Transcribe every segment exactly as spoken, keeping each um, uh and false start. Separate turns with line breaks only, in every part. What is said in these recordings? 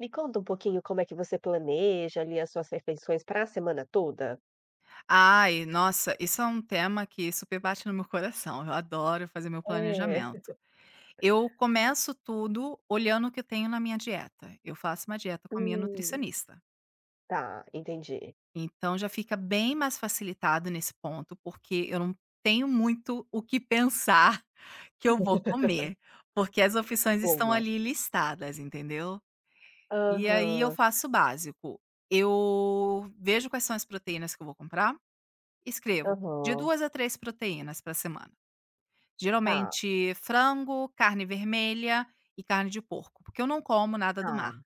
Me conta um pouquinho como é que você planeja ali as suas refeições para a semana toda?
Ai, nossa, isso é um tema que super bate no meu coração. Eu adoro fazer meu
É.
planejamento. Eu começo tudo olhando o que eu tenho na minha dieta. Eu faço uma dieta com a minha
Hum,
nutricionista.
tá, entendi.
Então já fica bem mais facilitado nesse ponto, porque eu não tenho muito o que pensar que eu vou comer, porque as opções estão
Boa.
ali listadas, entendeu? E aí eu
Aham,
faço o básico. Eu vejo quais são as proteínas que eu vou comprar. Escrevo de
aham.
duas a três proteínas para semana.
Tá,
Geralmente frango, carne vermelha e carne de porco, porque eu não como nada do
tá.
mar.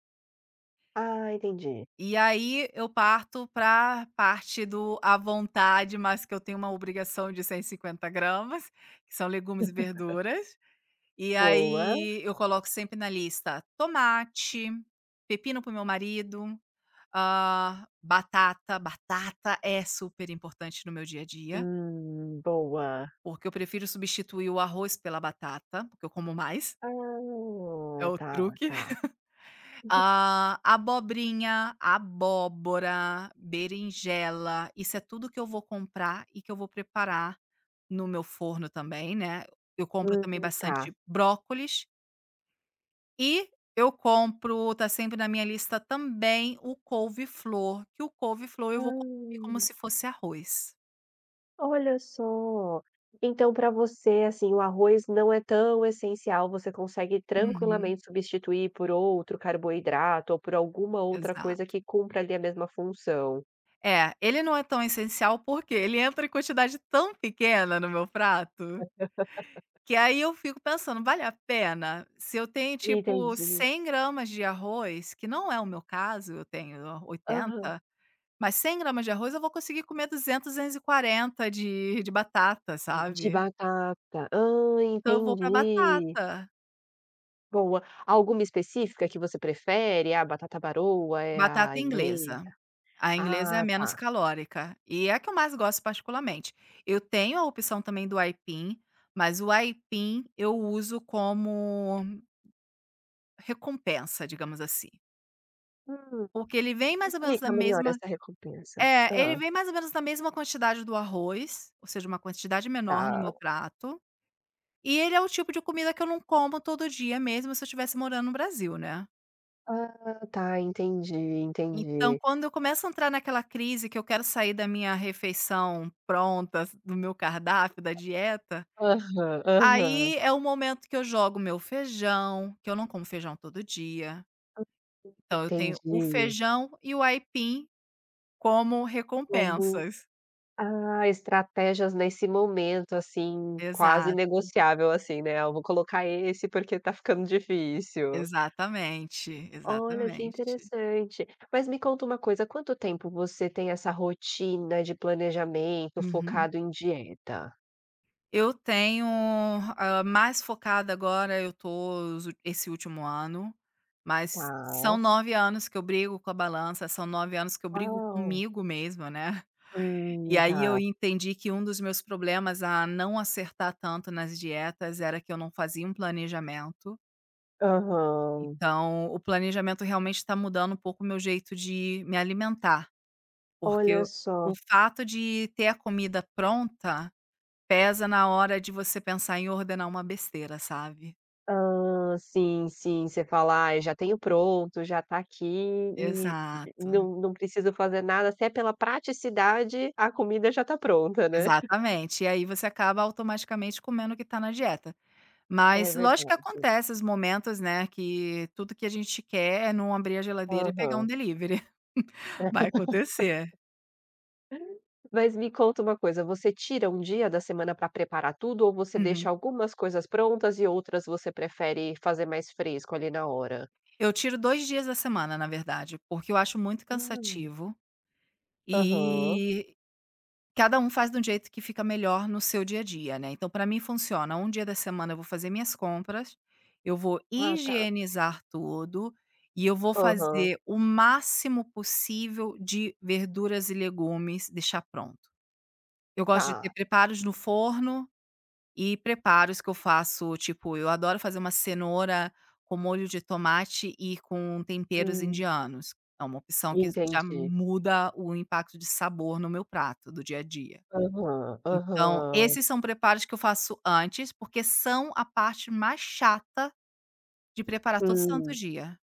Ah, entendi.
E aí eu parto para parte do à vontade, mas que eu tenho uma obrigação de cento e cinquenta gramas, que são legumes e verduras. E
Boa.
aí eu coloco sempre na lista tomate, pepino para o meu marido, hã, batata. Batata é super importante no meu dia a dia.
Hum, boa.
Porque eu prefiro substituir o arroz pela batata, porque eu como mais. É
Ah,
o
tá,
truque.
tá.
Ah, abobrinha, abóbora, berinjela. Isso é tudo que eu vou comprar e que eu vou preparar no meu forno também, né. Eu compro também
Hum, tá.
bastante brócolis e eu compro tá sempre na minha lista também o couve-flor, que o couve-flor eu vou comer como
Ah.
se fosse arroz.
Olha só. Então para você, assim, o arroz não é tão essencial, você consegue
Uhum,
tranquilamente substituir por outro carboidrato ou por alguma outra
exato.
coisa que cumpra ali a mesma função.
É, ele não é tão essencial, porque ele entra em quantidade tão pequena no meu prato, que aí eu fico pensando: "Vale a pena?". Se eu tenho, tipo,
Entendi.
cem gramas de arroz, que não é o meu caso, eu tenho
Aham.
oitenta, mas cem gramas de arroz eu vou conseguir comer duzentos duzentos e quarenta de de batata,
De
sabe.
batata. Ah,
Então eu vou pra
entendi.
batata,
Boa. Alguma específica que você prefere? É a batata baroa, é
batata
a inglesa?
inglesa. A inglesa é a
Ah,
menos
tá.
calórica e é a que eu mais gosto particularmente. Eu tenho a opção também do aipim, mas o aipim eu uso como recompensa, digamos assim.
Hum,
Porque ele vem
me
mais ou menos da
explica melhor
mesma
essa recompensa.
é, Ele
Hã,
vem mais ou menos da mesma quantidade do arroz, ou seja, uma quantidade menor no
tá.
meu prato, e ele é o tipo de comida que eu não como todo dia mesmo se eu estivesse morando no Brasil, né.
Ah, tá, entendi,
Então,
entendi.
quando eu começo a entrar naquela crise que eu quero sair da minha refeição pronta, do meu cardápio, da dieta,
Aham, aham.
aí é o momento que eu jogo meu feijão, que eu não como feijão todo dia. Então eu tenho o
Entendi.
feijão e o aipim como
Como
recompensas.
ah, estratégias nesse momento, assim, quase
Exato,
negociável, assim, né: "Ah, eu vou colocar esse porque tá ficando difícil".
exatamente,
Olha, que
exatamente.
interessante. Mas me conta uma coisa, há quanto tempo você tem essa rotina de planejamento
Uhum.
focado em dieta?
Eu tenho, hã, mais focada agora eu tô os ul esse último ano, mas são
Tá.
nove anos que eu brigo com a balança, são nove anos que eu brigo
Uau!
comigo mesma, né. E
Hum,
aí eu
tá.
entendi que um dos meus problemas a não acertar tanto nas dietas era que eu não fazia um planejamento,
Aham.
então o planejamento realmente está mudando um pouco o meu jeito de me alimentar, porque
Olha
o o
só.
fato de ter a comida pronta pesa na hora de você pensar em ordenar uma besteira, sabe.
Hã, sim, sim, você fala: "Ai, já tenho pronto, já tá aqui e
Exato,
não não preciso fazer nada", até pela praticidade, a comida já tá pronta, né.
exatamente. E aí você acaba automaticamente comendo o que tá na dieta.
É
Mas lógico que
verdade.
acontece os momentos, né, que tudo que a gente quer é não abrir a geladeira e pegar um
Aham.
delivery. Vai acontecer.
Mas me conta uma coisa, você tira um dia da semana pra preparar tudo ou você deixa
Uhum.
algumas coisas prontas e outras você prefere fazer mais fresco ali na hora?
Eu tiro dois dias da semana, na verdade, porque eu acho muito
Hum.
cansativo,
Aham.
e cada um faz de um jeito que fica melhor no seu dia a dia, né. Então para mim funciona, um dia da semana eu vou fazer minhas compras, eu vou
Ah, tá.
higienizar tudo e eu vou
Aham.
fazer o máximo possível de verduras e legumes, deixar pronto. Eu gosto de ter
Tá.
preparos no forno e preparos que eu faço, tipo, eu adoro fazer uma cenoura com molho de tomate e com temperos
Hum,
indianos. É uma opção que já
entendi.
muda o impacto de sabor no meu prato do dia a dia.
Aham,
Então,
aham.
esses são preparos que eu faço antes, porque são a parte mais chata de preparar todo santo
Hum.
dia.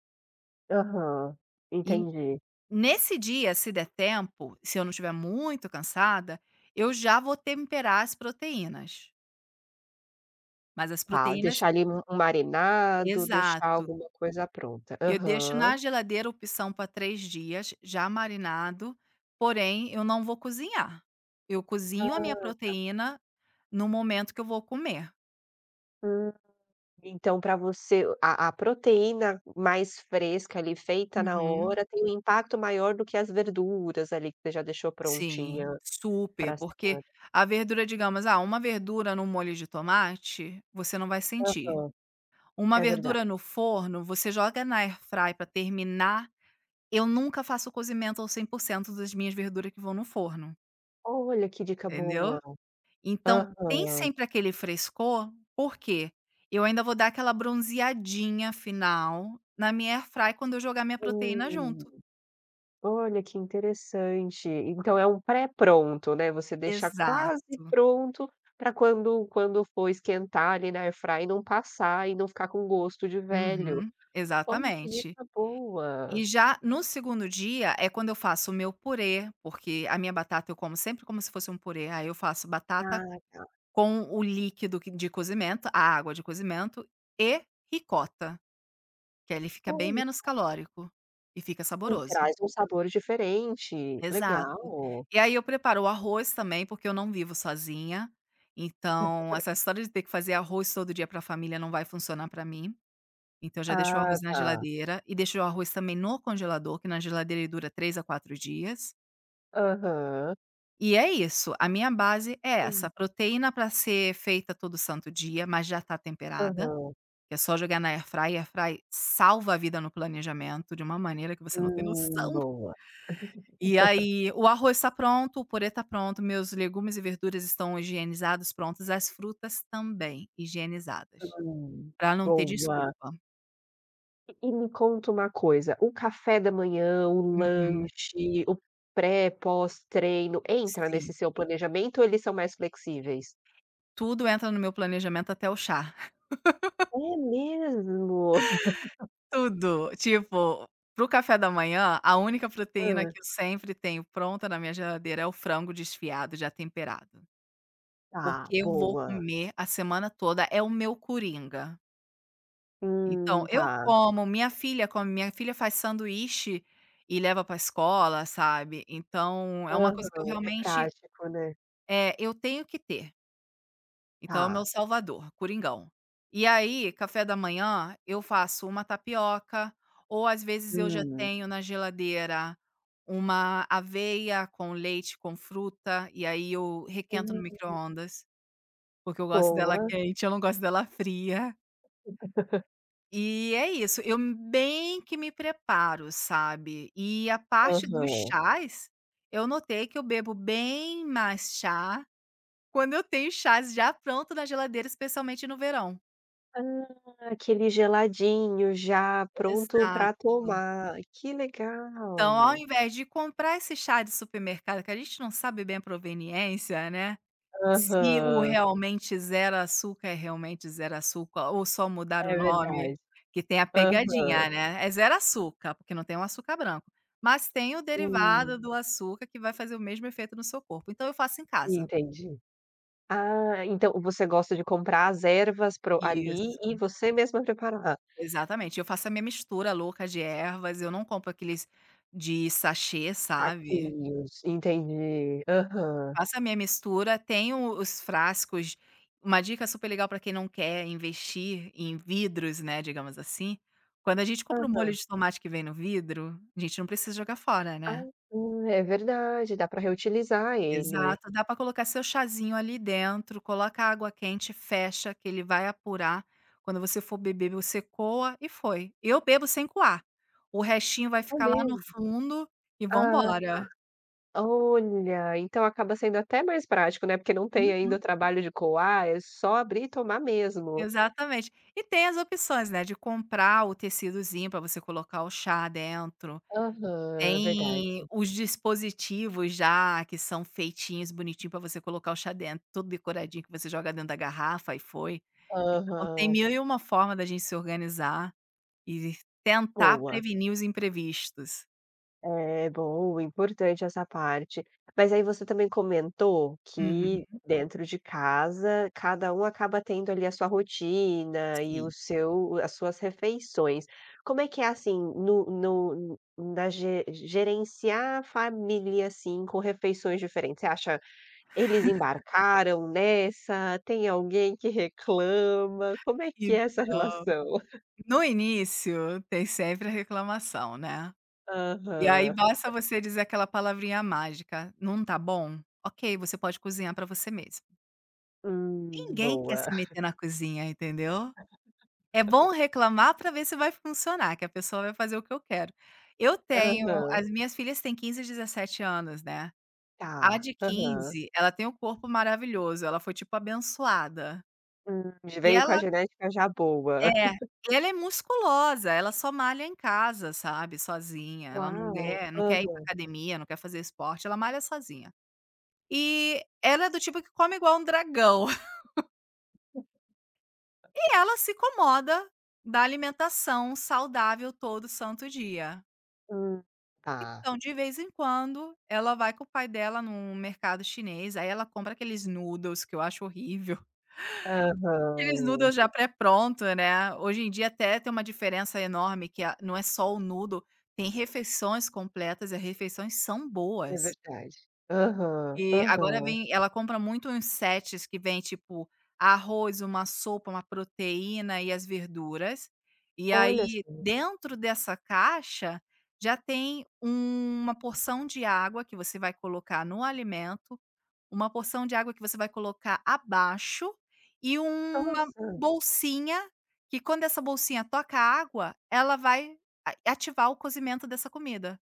Aham,
E
entendi.
nesse dia, se der tempo, se eu não estiver muito cansada, eu já vou temperar as proteínas. Mas as
Tá,
proteínas
deixar ali um um marinado, deixar
exato.
alguma coisa pronta.
Eu deixo
Aham.
na geladeira opção para três dias, já marinado, porém eu não vou cozinhar. Eu cozinho a
Ah,
minha proteína no momento que eu vou comer.
hum. Então para você a a proteína mais fresca ali, feita na
Uhum.
hora, tem um impacto maior do que as verduras ali que você já deixou
Sim,
prontinha
super,
pra
porque
semana.
a verdura, digamos, ah, uma verdura no molho de tomate, você não vai sentir.
Aham,
Uma
é
verdura
verdade.
no forno, você joga na air fry pra terminar. Eu nunca faço cozimento ao cem por cento das minhas verduras que vão no forno,
Olha que dica
entendeu.
boa.
Então tem
Aham.
sempre aquele frescor, porque eu ainda vou dar aquela bronzeadinha final na minha air fry quando eu jogar minha proteína
Hum.
junto.
Olha, que interessante. Então é um pré-pronto, né, você deixa quase
Exato.
pronto para quando quando for esquentar ali na airfryer não passar e não ficar com gosto de velho.
Uhum,
Olha que
exatamente.
dica boa.
E já no segundo dia é quando eu faço o meu purê, porque a minha batata eu como sempre como se fosse um purê, aí eu faço batata
Ah, tá.
com o líquido que de cozimento, a água de cozimento e ricota, que aí ele fica bem
Olha,
menos calórico e fica
e
saboroso.
traz um sabor diferente,
Exato.
legal.
E aí eu preparo o arroz também, porque eu não vivo sozinha, então essa história de ter que fazer arroz todo dia para a família não vai funcionar para mim. Então eu já deixo o
Ah,
arroz na
tá.
geladeira e deixo o arroz também no congelador, que na geladeira ele dura três a quatro dias.
Aham.
E é isso, a minha base é essa,
Hum.
proteína para ser feita todo santo dia, mas já tá temperada,
Aham.
que é só jogar na air fry, air fry salva a vida no planejamento de uma maneira que você não tem
Hum,
noção.
boa.
E aí o arroz está pronto, o purê está pronto, meus legumes e verduras estão higienizados, prontos, as frutas também higienizadas,
Hum,
para não ter
boa.
desculpa.
E me conta uma coisa, o café da manhã, o
Uhum,
lanche, o pré, pós-treino, entra
sim.
nesse seu planejamento ou eles são mais flexíveis?
Tudo entra no meu planejamento até o chá.
É mesmo?
Tudo. Tipo, pro café da manhã, a única proteína
Hã.
que eu sempre tenho pronta na minha geladeira é o frango desfiado, já temperado.
Tá,
Porque eu vou
boa.
comer a semana toda, é o meu coringa. Então,
Hum,
eu
tá.
como, minha filha come, minha filha faz sanduíche e leva pra escola, sabe. Então, é uma coisa que eu
Aham, é
realmente,
prático, né.
é eu tenho que ter. Então é o meu
Tá.
salvador, coringão. E aí, café da manhã, eu faço uma tapioca, ou às vezes eu já
Hum.
tenho na geladeira uma aveia com leite, com fruta, e aí eu requento no
Hum,
micro-ondas, porque eu gosto dela
boa.
quente, eu não gosto dela fria. E é isso, eu bem que me preparo, sabe. E a parte dos
Aham.
chás, eu notei que eu bebo bem mais chá quando eu tenho chás já pronto na geladeira, especialmente no verão.
Ah, aquele geladinho já pronto
Exato.
pra tomar, que
Então, ao
legal.
invés de comprar esse chá de supermercado, que a gente não sabe bem a proveniência, né, se o
Aham,
realmente zero açúcar é realmente zero açúcar ou só mudar o
é
nome,
verdade.
que tem a
Aham.
pegadinha, né, é zero açúcar, porque não tem o açúcar branco, mas tem o
Hum,
derivado do açúcar que vai fazer o mesmo efeito no seu corpo, então eu faço em casa.
entendi. Ah, então você gosta de comprar as ervas pro ali
Isso,
e você mesma preparar.
exatamente. Eu faço a minha mistura louca de ervas, eu não compro aqueles de sachê, sabe.
Saquinhos, entendi. Aham,
Faço a minha mistura, tenho os frascos. Uma dica super legal para quem não quer investir em vidros, né, digamos assim, quando a gente compra um molho
aham.
de tomate que vem no vidro, a gente não precisa jogar fora,
Ah,
né.
hum, é verdade, dá para reutilizar ele.
Exato, dá para colocar seu chazinho ali dentro, coloca água quente, fecha, que ele vai apurar. Quando você for beber, você coa e foi. Eu bebo sem coar, o restinho vai
É
ficar lá no
mesmo?
fundo e vamos
Ah,
embora.
olha, então acaba sendo até mais prático, né, porque não tem ainda o trabalho de coar, é só abrir e tomar mesmo.
Exatamente. E tem as opções, né, de comprar o tecidozinho para você colocar o chá dentro.
Aham, verdade.
Tem os dispositivos já que são feitinhos bonitinho para você colocar o chá dentro, todo decoradinho que você joga dentro da garrafa e foi. Então tem
Aham,
mil e uma forma da gente se organizar e tentar
boa.
prevenir os imprevistos.
É, bom, importante essa parte. Mas aí você também comentou que
Uhum,
dentro de casa, cada um acaba tendo ali a sua rotina e o
sim.
seu as suas refeições. Como é que é assim, no no na ge gerenciar a família, assim, com refeições diferentes? Você acha eles embarcaram nessa? Tem alguém que reclama? Como é que é essa
Então,
relação?
no início tem sempre a reclamação, né. E aí
Aham.
basta você dizer aquela palavrinha mágica: "Não tá bom?". Ok, você pode cozinhar pra você mesmo.
Hum,
Ninguém quer
boa.
se meter na cozinha, entendeu? É bom reclamar pra ver se vai funcionar, que a pessoa vai fazer o que eu quero. Eu tenho
Aham.
As minhas filhas têm quinze e dezessete anos, né. A
Tá.
de
Aham.
quinze, ela tem um corpo maravilhoso, ela foi, tipo, abençoada.
Hum,
E
veio com a
ela
genética já boa.
é, e ela é musculosa, ela só malha em casa, sabe, sozinha, ela não
Uau!
quer não quer ir pra academia, não quer fazer esporte, ela malha sozinha. E ela é do tipo que come igual um dragão. E ela se incomoda da alimentação saudável todo santo dia.
Aham. Hum, tá.
Então, de vez em quando, ela vai com o pai dela num mercado chinês, aí ela compra aqueles noodles que eu acho horrível. Aqueles
Aham.
noodles já pré-pronto, né. Hoje em dia até tem uma diferença enorme que a não é só o noodle, tem refeições completas e as refeições são
É
boas.
verdade. Aham,
E agora
aham.
vem ela compra muito uns sets que vem, tipo, arroz, uma sopa, uma proteína e as verduras. E
Olha
aí,
só.
dentro dessa caixa, já tem um, uma porção de água que você vai colocar no alimento, uma porção de água que você vai colocar abaixo e uma
Nossa,
bolsinha que quando essa bolsinha toca a água, ela vai a ativar o cozimento dessa comida.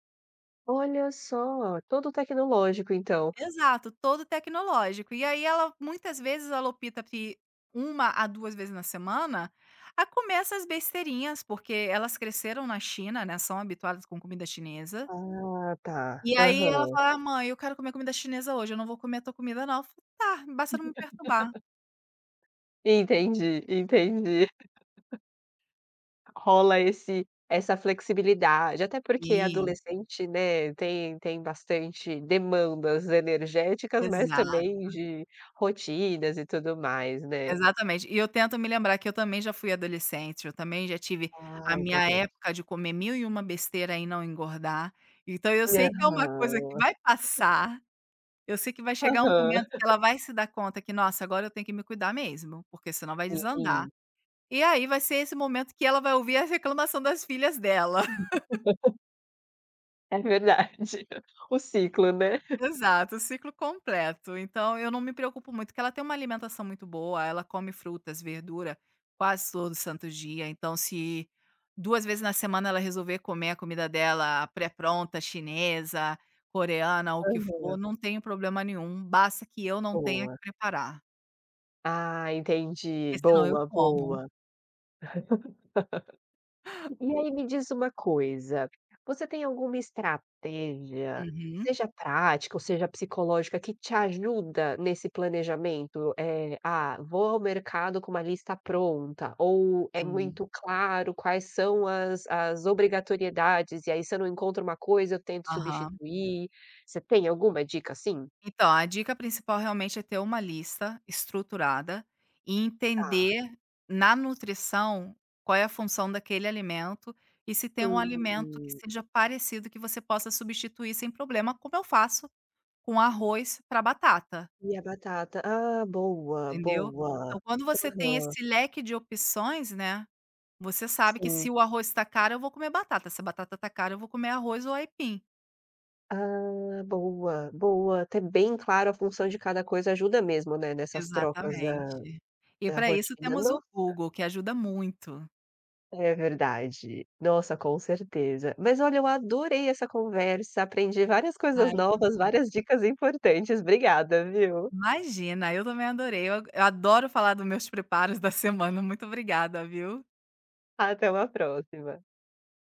olha só, todo tecnológico então.
Exato, todo tecnológico. E aí ela muitas vezes ela opta pri uma a duas vezes na semana, a comer essas besteirinhas, porque elas cresceram na China, né, são habituadas com comida chinesa.
Ah, tá.
E aí ela
Aham,
fala: "Ah, mãe, eu quero comer comida chinesa hoje, eu não vou comer a tua comida não". Eu falo: "Tá, basta não me perturbar".
entendi, entendi. Rola esse essa flexibilidade, até porque
Sim,
adolescente, né, tem tem bastante demandas energéticas, mas
exato,
também de rotinas e tudo mais, né.
exatamente. E eu tento me lembrar que eu também já fui adolescente, eu também já tive a
Ah,
minha
importante.
época de comer mil e uma besteira e não engordar. Então eu sei que é uma coisa que
Aham,
vai passar. Eu sei que vai chegar um
aham,
momento que ela vai se dar conta que: "Nossa, agora eu tenho que me cuidar mesmo, porque senão vai desandar".
sim.
E aí vai ser esse momento que ela vai ouvir a reclamação das filhas dela.
É verdade, o ciclo, né.
Exato, o ciclo completo. Então eu não me preocupo muito, porque ela tem uma alimentação muito boa, ela come frutas, verdura quase todo santo dia, então se duas vezes na semana ela resolver comer a comida dela pré-pronta, chinesa, coreana, o que for,
Aham,
não tenho problema nenhum, basta que eu não tenha que
boa.
preparar,
Ah, entendi,
porque senão eu
boa,
como.
boa. E aí me diz uma coisa, você tem alguma estratégia,
Uhum.
seja prática ou seja psicológica, que te ajuda nesse planejamento? Eh, "Ah, vou ao mercado com uma lista pronta", ou é
Sim,
muito claro quais são as as obrigatoriedades, e aí se eu não encontro uma coisa, eu tento
aham.
substituir. Você tem alguma dica assim?
Então, a dica principal realmente é ter uma lista estruturada e
Tá.
entender na nutrição qual é a função daquele alimento e se tem um alimento que
Hum,
seja parecido que você possa substituir sem problema, como eu faço com arroz para batata,
e a batata? Ah, boa,
entendeu.
boa.
Então, quando você tem
Aham,
esse leque de opções, né, você sabe que
sim.
se o arroz está caro, eu vou comer batata, se a batata está cara, eu vou comer arroz ou aipim.
Ah, boa, boa. Ter bem claro a função de cada coisa ajuda mesmo, né, nessas trocas da
Exatamente. E
da
para isso
rotina.
temos o
Nossa,
Google, que ajuda muito.
é verdade. Nossa, com certeza. Mas olha, eu adorei essa conversa, aprendi várias coisas
Ai,
novas, várias dicas importantes. Obrigada, viu.
imagina, eu também adorei. Eu eu adoro falar dos meus preparos da semana. Muito obrigada, viu.
Até uma próxima.